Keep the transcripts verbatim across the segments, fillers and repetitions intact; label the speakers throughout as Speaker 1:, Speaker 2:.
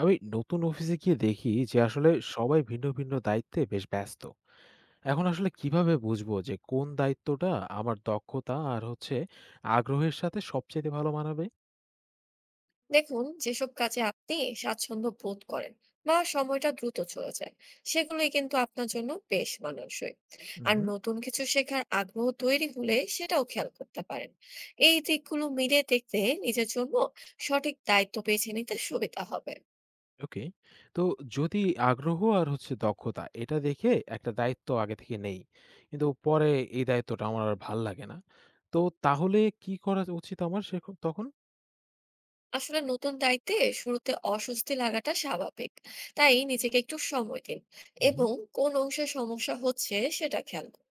Speaker 1: আমি নতুন অফিসে গিয়ে দেখি যে আসলে সবাই ভিন্ন ভিন্ন দায়িত্বে বেশ ব্যস্ত। এখন আসলে কিভাবে বুঝবো যে কোন দায়িত্বটা আমার দক্ষতা আর হচ্ছে আগ্রহের সাথে সবচেয়ে ভালো মানাবে?
Speaker 2: দেখুন যেসব কাজে আপনি স্বাচ্ছন্দ্য বোধ করেন বা সময়টা দ্রুত চলে যায় সেগুলোই কিন্তু আপনার জন্য বেশ মানানসই। আর
Speaker 1: হুম।
Speaker 2: নতুন কিছু শেখার আগ্রহ তৈরি হলে সেটাও খেয়াল করতে পারেন। এই দিকগুলো মিলে দেখতে নিজের জন্য সঠিক দায়িত্ব বেছে নিতে সুবিধা হবে।
Speaker 1: ওকে। তো যদি আগ্রহ আর হচ্ছে দক্ষতা এটা দেখে একটা দায়িত্ব আগে থেকে নেই, কিন্তু পরে এই দায়িত্বটা আমার আর ভাল লাগে না, তো তাহলে কি করা উচিত আমার সে তখন?
Speaker 2: আসলে নতুন দায়িত্বে শুরুতে অস্বস্তি লাগাটা স্বাভাবিক, তাই নিজেকে একটু সময় দিন এবং কোন অংশে সমস্যা হচ্ছে সেটা খেয়াল করুন।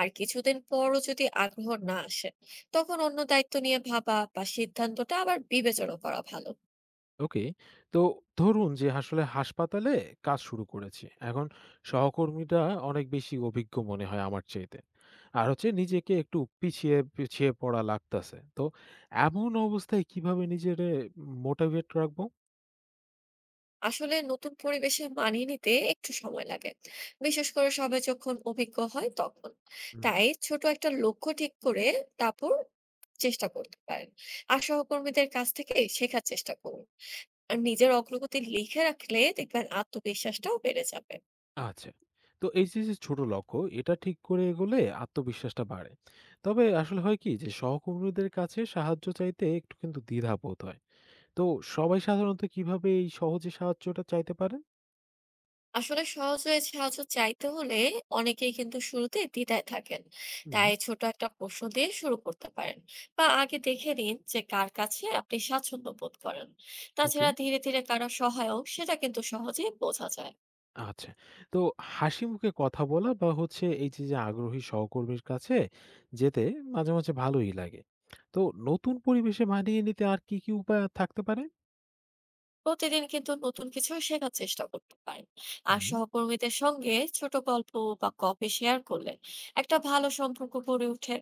Speaker 2: আর কিছুদিন পরও যদি আগ্রহ না আসে, তখন অন্য দায়িত্ব নিয়ে ভাবা বা সিদ্ধান্তটা আবার বিবেচনা করা ভালো।
Speaker 1: ওকে। তো ধরুন যে আসলে হাসপাতালে কাজ শুরু করেছি। এখন সহকর্মীরা অনেক বেশি অভিজ্ঞ মনে হয় আমার চাইতে। আর হচ্ছে নিজেকে একটু পিছিয়ে, পিছিয়ে পড়া লাগতাছে। তো এমন অবস্থায় কিভাবে নিজেরে মোটিভেট রাখবো?
Speaker 2: আসলে নতুন পরিবেশে মানিয়ে নিতে একটু সময় লাগে, বিশেষ করে সবাই যখন অভিজ্ঞ হয় তখন।
Speaker 1: হুম, হুম।
Speaker 2: তাই ছোট একটা লক্ষ্য ঠিক করে তারপর চেষ্টা করতে পারেন। আর সহকর্মীদের কাছ থেকে শেখার চেষ্টা করুন। আর নিজের অগ্রগতি লিখে রাখলে দেখবেন আত্মবিশ্বাসটাও বেড়ে যাবে।
Speaker 1: আচ্ছা। তো এই যে, যে ছোট লক্ষ্য এটা ঠিক করে এগোলে আত্মবিশ্বাসটা বাড়ে। তবে আসলে হয় কি যে সহকর্মীদের কাছে সাহায্য চাইতে একটু কিন্তু দ্বিধা বোধ হয়। তো সবাই সাধারণত কিভাবে এই সহজে সাহায্যটা চাইতে পারে?
Speaker 2: আসলে সহজে সাহায্য চাইতে হলে অনেকেই কিন্তু শুরুতে দ্বিধায় থাকেন।
Speaker 1: হুম।
Speaker 2: তাই ছোট একটা প্রশ্ন দিয়ে শুরু করতে পারেন বা আগে দেখে নিন যে কার কাছে আপনি স্বাচ্ছন্দ্য বোধ করেন।
Speaker 1: ওকে।
Speaker 2: তাছাড়া ধীরে ধীরে কারা সহায়ক সেটা কিন্তু সহজেই বোঝা যায়।
Speaker 1: আচ্ছা। তো হাসি মুখে কথা বলা বা হচ্ছে এই যে, যে আগ্রহী সহকর্মীর কাছে যেতে মাঝে, মাঝে ভালোই লাগে। তো নতুন পরিবেশে মানিয়ে নিতে আর কি, কি উপায় থাকতে পারে?
Speaker 2: প্রতিদিন কিন্তু নতুন কিছু শেখার চেষ্টা করতে পারেন। আর
Speaker 1: হুম।
Speaker 2: সহকর্মীদের সঙ্গে ছোট গল্প বা কফি শেয়ার করলে একটা ভালো সম্পর্ক গড়ে ওঠে।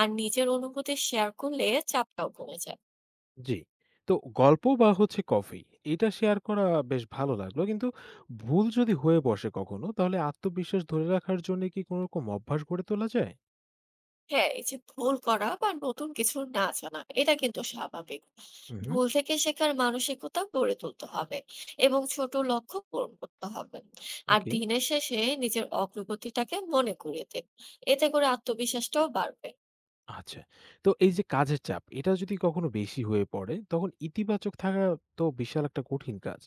Speaker 2: আর নিজের অনুভূতি শেয়ার করলে চাপটাও কমে যায়।
Speaker 1: জি। তো গল্প বা হচ্ছে কফি এটা শেয়ার করা বেশ ভালো লাগলো। কিন্তু ভুল যদি হয়ে বসে কখনো তাহলে আত্মবিশ্বাস ধরে রাখার জন্য কি কোন রকম অভ্যাস গড়ে তোলা যায়?
Speaker 2: হ্যাঁ, এই যে ভুল করা বা নতুন কিছু না জানা এটা কিন্তু স্বাভাবিক।
Speaker 1: হুম, হুম।
Speaker 2: ভুল থেকে শেখার মানসিকতা গড়ে তুলতে হবে এবং ছোট লক্ষ্য পূরণ করতে হবে। আর
Speaker 1: ওকে।
Speaker 2: দিনের শেষে নিজের অগ্রগতিটাকে মনে করিয়ে দিন। এতে করে আত্মবিশ্বাসটাও বাড়বে।
Speaker 1: আচ্ছা। তো এই যে কাজের চাপ, এটা যদি কখনো বেশি হয়ে পড়ে, তখন ইতিবাচক থাকা তো বিশাল একটা কঠিন কাজ।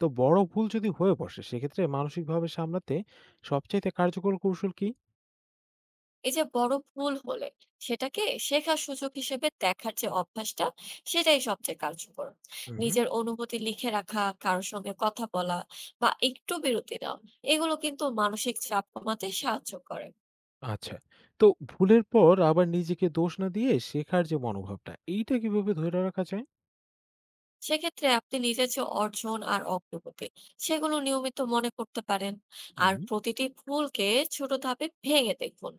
Speaker 1: তো বড় ভুল যদি হয়ে বসে, সেক্ষেত্রে মানসিকভাবে সামলাতে সবচাইতে কার্যকর কৌশল কি?
Speaker 2: এই যে বড় ভুল হলে সেটাকে শেখার সুযোগ হিসেবে দেখার যে অভ্যাসটা সেটাই সবচেয়ে কার্যকর।
Speaker 1: হুম, হুম।
Speaker 2: নিজের অনুভূতি লিখে রাখা, কারোর সঙ্গে কথা বলা বা একটু বিরতি নেওয়া, এগুলো কিন্তু মানসিক চাপ কমাতে সাহায্য করে।
Speaker 1: আচ্ছা। তো ভুলের পর আবার নিজেকে দোষ না দিয়ে শেখার যে মনোভাবটা, এইটা কিভাবে ধরে রাখা যায়?
Speaker 2: সেক্ষেত্রে আপনি নিজের যে অর্জন আর অগ্রগতি সেগুলো নিয়মিত মনে করতে পারেন। আর
Speaker 1: হুম।
Speaker 2: প্রতিটি ভুলকে ছোট ধাপে ভেঙে দেখুন।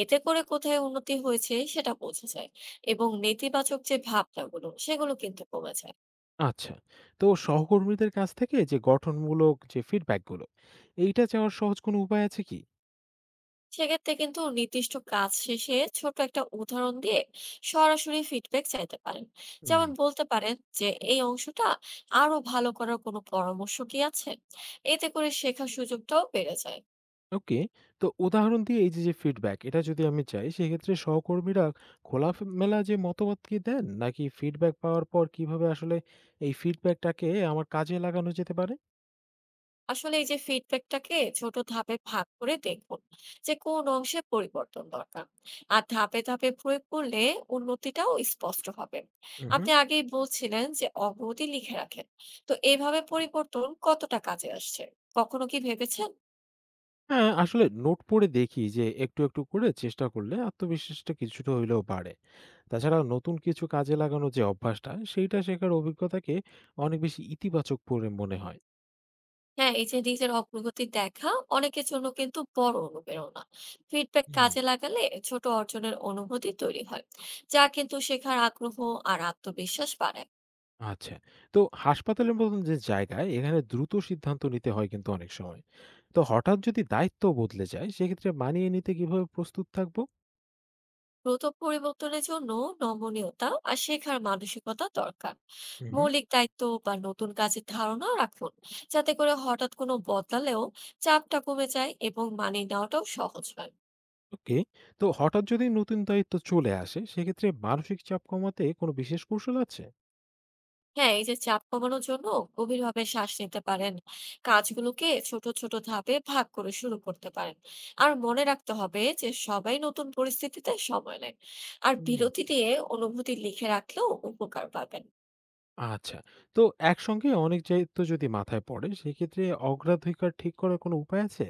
Speaker 2: এতে করে কোথায় উন্নতি হয়েছে সেটা বোঝা যায় এবং নেতিবাচক যে ভাবনাগুলো সেগুলো কিন্তু কমে যায়।
Speaker 1: আচ্ছা। তো সহকর্মীদের কাছ থেকে যে গঠনমূলক যে ফিডব্যাক গুলো, এইটা চাওয়ার সহজ কোনো উপায় আছে কি?
Speaker 2: সেক্ষেত্রে কিন্তু নির্দিষ্ট কাজ শেষে ছোট একটা উদাহরণ দিয়ে সরাসরি ফিডব্যাক চাইতে পারেন।
Speaker 1: হুম।
Speaker 2: যেমন বলতে পারেন যে এই অংশটা আরো ভালো করার কোনো পরামর্শ কি আছে। এতে করে শেখার সুযোগটাও বেড়ে যায়।
Speaker 1: ওকে। তো উদাহরণ দিয়ে এই যে, যে ফিডব্যাক এটা যদি আমি চাই সেক্ষেত্রে সহকর্মীরা খোলামেলা যে মতামত কি দেন? নাকি ফিডব্যাক পাওয়ার পর কিভাবে আসলে এই ফিডব্যাকটাকে আমার কাজে লাগানো যেতে পারে?
Speaker 2: আসলে এই যে ফিডব্যাকটাকে ছোট ধাপে ভাগ করে দেখুন যে কোন অংশে পরিবর্তন দরকার। আর ধাপে ধাপে প্রয়োগ করলে উন্নতিটাও স্পষ্ট হবে।
Speaker 1: উহু।
Speaker 2: আপনি আগেই বলছিলেন যে অগ্রগতি লিখে রাখেন, তো এইভাবে পরিবর্তন কতটা কাজে আসছে কখনো কি ভেবেছেন?
Speaker 1: হ্যাঁ, আসলে নোট পড়ে দেখি যে একটু, একটু করে চেষ্টা করলে আত্মবিশ্বাসটা কিছুটা হইলেও বাড়ে। তাছাড়া নতুন কিছু কাজে লাগানোর যে অভ্যাসটা সেইটা শেখার অভিজ্ঞতাকে অনেক বেশি ইতিবাচক পড়ে মনে হয়।
Speaker 2: হ্যাঁ, এই যে নিজের অগ্রগতি দেখা অনেকের জন্য কিন্তু বড় অনুপ্রেরণা। ফিডব্যাক
Speaker 1: হুম।
Speaker 2: কাজে লাগালে ছোট অর্জনের অনুভূতি তৈরি হয়, যা কিন্তু শেখার আগ্রহ আর আত্মবিশ্বাস বাড়ায়।
Speaker 1: আচ্ছা। তো হাসপাতালের মতন যে জায়গায় এখানে দ্রুত সিদ্ধান্ত নিতে হয় কিন্তু অনেক সময়। তো হঠাৎ যদি দায়িত্ব বদলে যায় সেক্ষেত্রে মানিয়ে নিতে কিভাবে প্রস্তুত থাকবো?
Speaker 2: দ্রুত পরিবর্তনের জন্য নমনীয়তা আর শেখার মানসিকতা দরকার।
Speaker 1: হুম, হুম।
Speaker 2: মৌলিক দায়িত্ব বা নতুন কাজের ধারণা রাখুন, যাতে করে হঠাৎ কোনো বদলালেও চাপটা কমে যায় এবং মানিয়ে নেওয়াটাও সহজ হয়।
Speaker 1: ওকে। তো হঠাৎ যদি নতুন দায়িত্ব চলে আসে সেক্ষেত্রে মানসিক চাপ কমাতে কোনো বিশেষ কৌশল আছে?
Speaker 2: হ্যাঁ, এই যে চাপ কমানোর জন্য গভীরভাবে শ্বাস নিতে পারেন। কাজগুলোকে ছোট ছোট ধাপে ভাগ করে শুরু করতে পারেন। আর মনে রাখতে হবে যে সবাই নতুন পরিস্থিতিতে সময় নেয়। আর বিরতি
Speaker 1: হুম।
Speaker 2: দিয়ে অনুভূতি লিখে রাখলেও উপকার পাবেন।
Speaker 1: আচ্ছা। তো একসঙ্গে অনেক দায়িত্ব যদি মাথায় পড়ে সেক্ষেত্রে অগ্রাধিকার ঠিক করার কোনো উপায় আছে?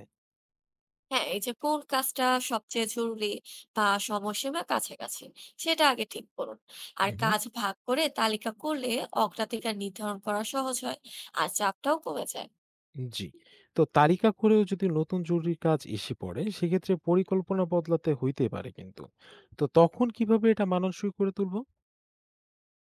Speaker 2: হ্যাঁ, এই যে কোন কাজটা সবচেয়ে জরুরি বা সময়সীমা কাছাকাছি সেটা আগে ঠিক করুন। আর কাজ ভাগ করে তালিকা করলে অগ্রাধিকার নির্ধারণ করা সহজ হয় আর চাপটাও কমে যায়।
Speaker 1: জি। তো তালিকা করেও যদি নতুন জরুরি কাজ এসে পড়ে, সেক্ষেত্রে পরিকল্পনা বদলাতে হইতে পারে কিন্তু। তো তখন কিভাবে এটা মানানসই করে তুলবো?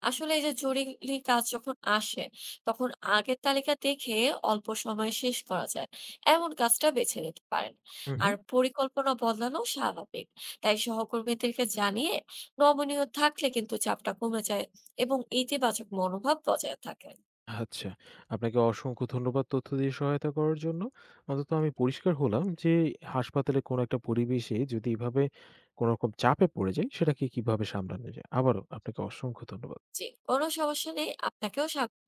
Speaker 2: আসলে এই যে জরুরি কাজ যখন আসে তখন আগের তালিকা দেখে অল্প সময়ে শেষ করা যায় এমন কাজটা বেছে নিতে পারেন।
Speaker 1: হুম, হুম।
Speaker 2: আর পরিকল্পনা বদলানো স্বাভাবিক। তাই সহকর্মীদেরকে জানিয়ে নমনীয় থাকলে কিন্তু চাপটা কমে যায় এবং ইতিবাচক মনোভাব বজায় থাকে।
Speaker 1: আচ্ছা, আপনাকে অসংখ্য ধন্যবাদ তথ্য দিয়ে সহায়তা করার জন্য। অন্তত আমি পরিষ্কার হলাম যে হাসপাতালে কোনো একটা পরিবেশে যদি এভাবে কোনোরকম চাপে পড়ে যাই, সেটাকে কিভাবে সামলানো যায়। আবারও আপনাকে অসংখ্য ধন্যবাদ।
Speaker 2: জি, কোনো সমস্যা নেই। আপনাকেও স্বাগত।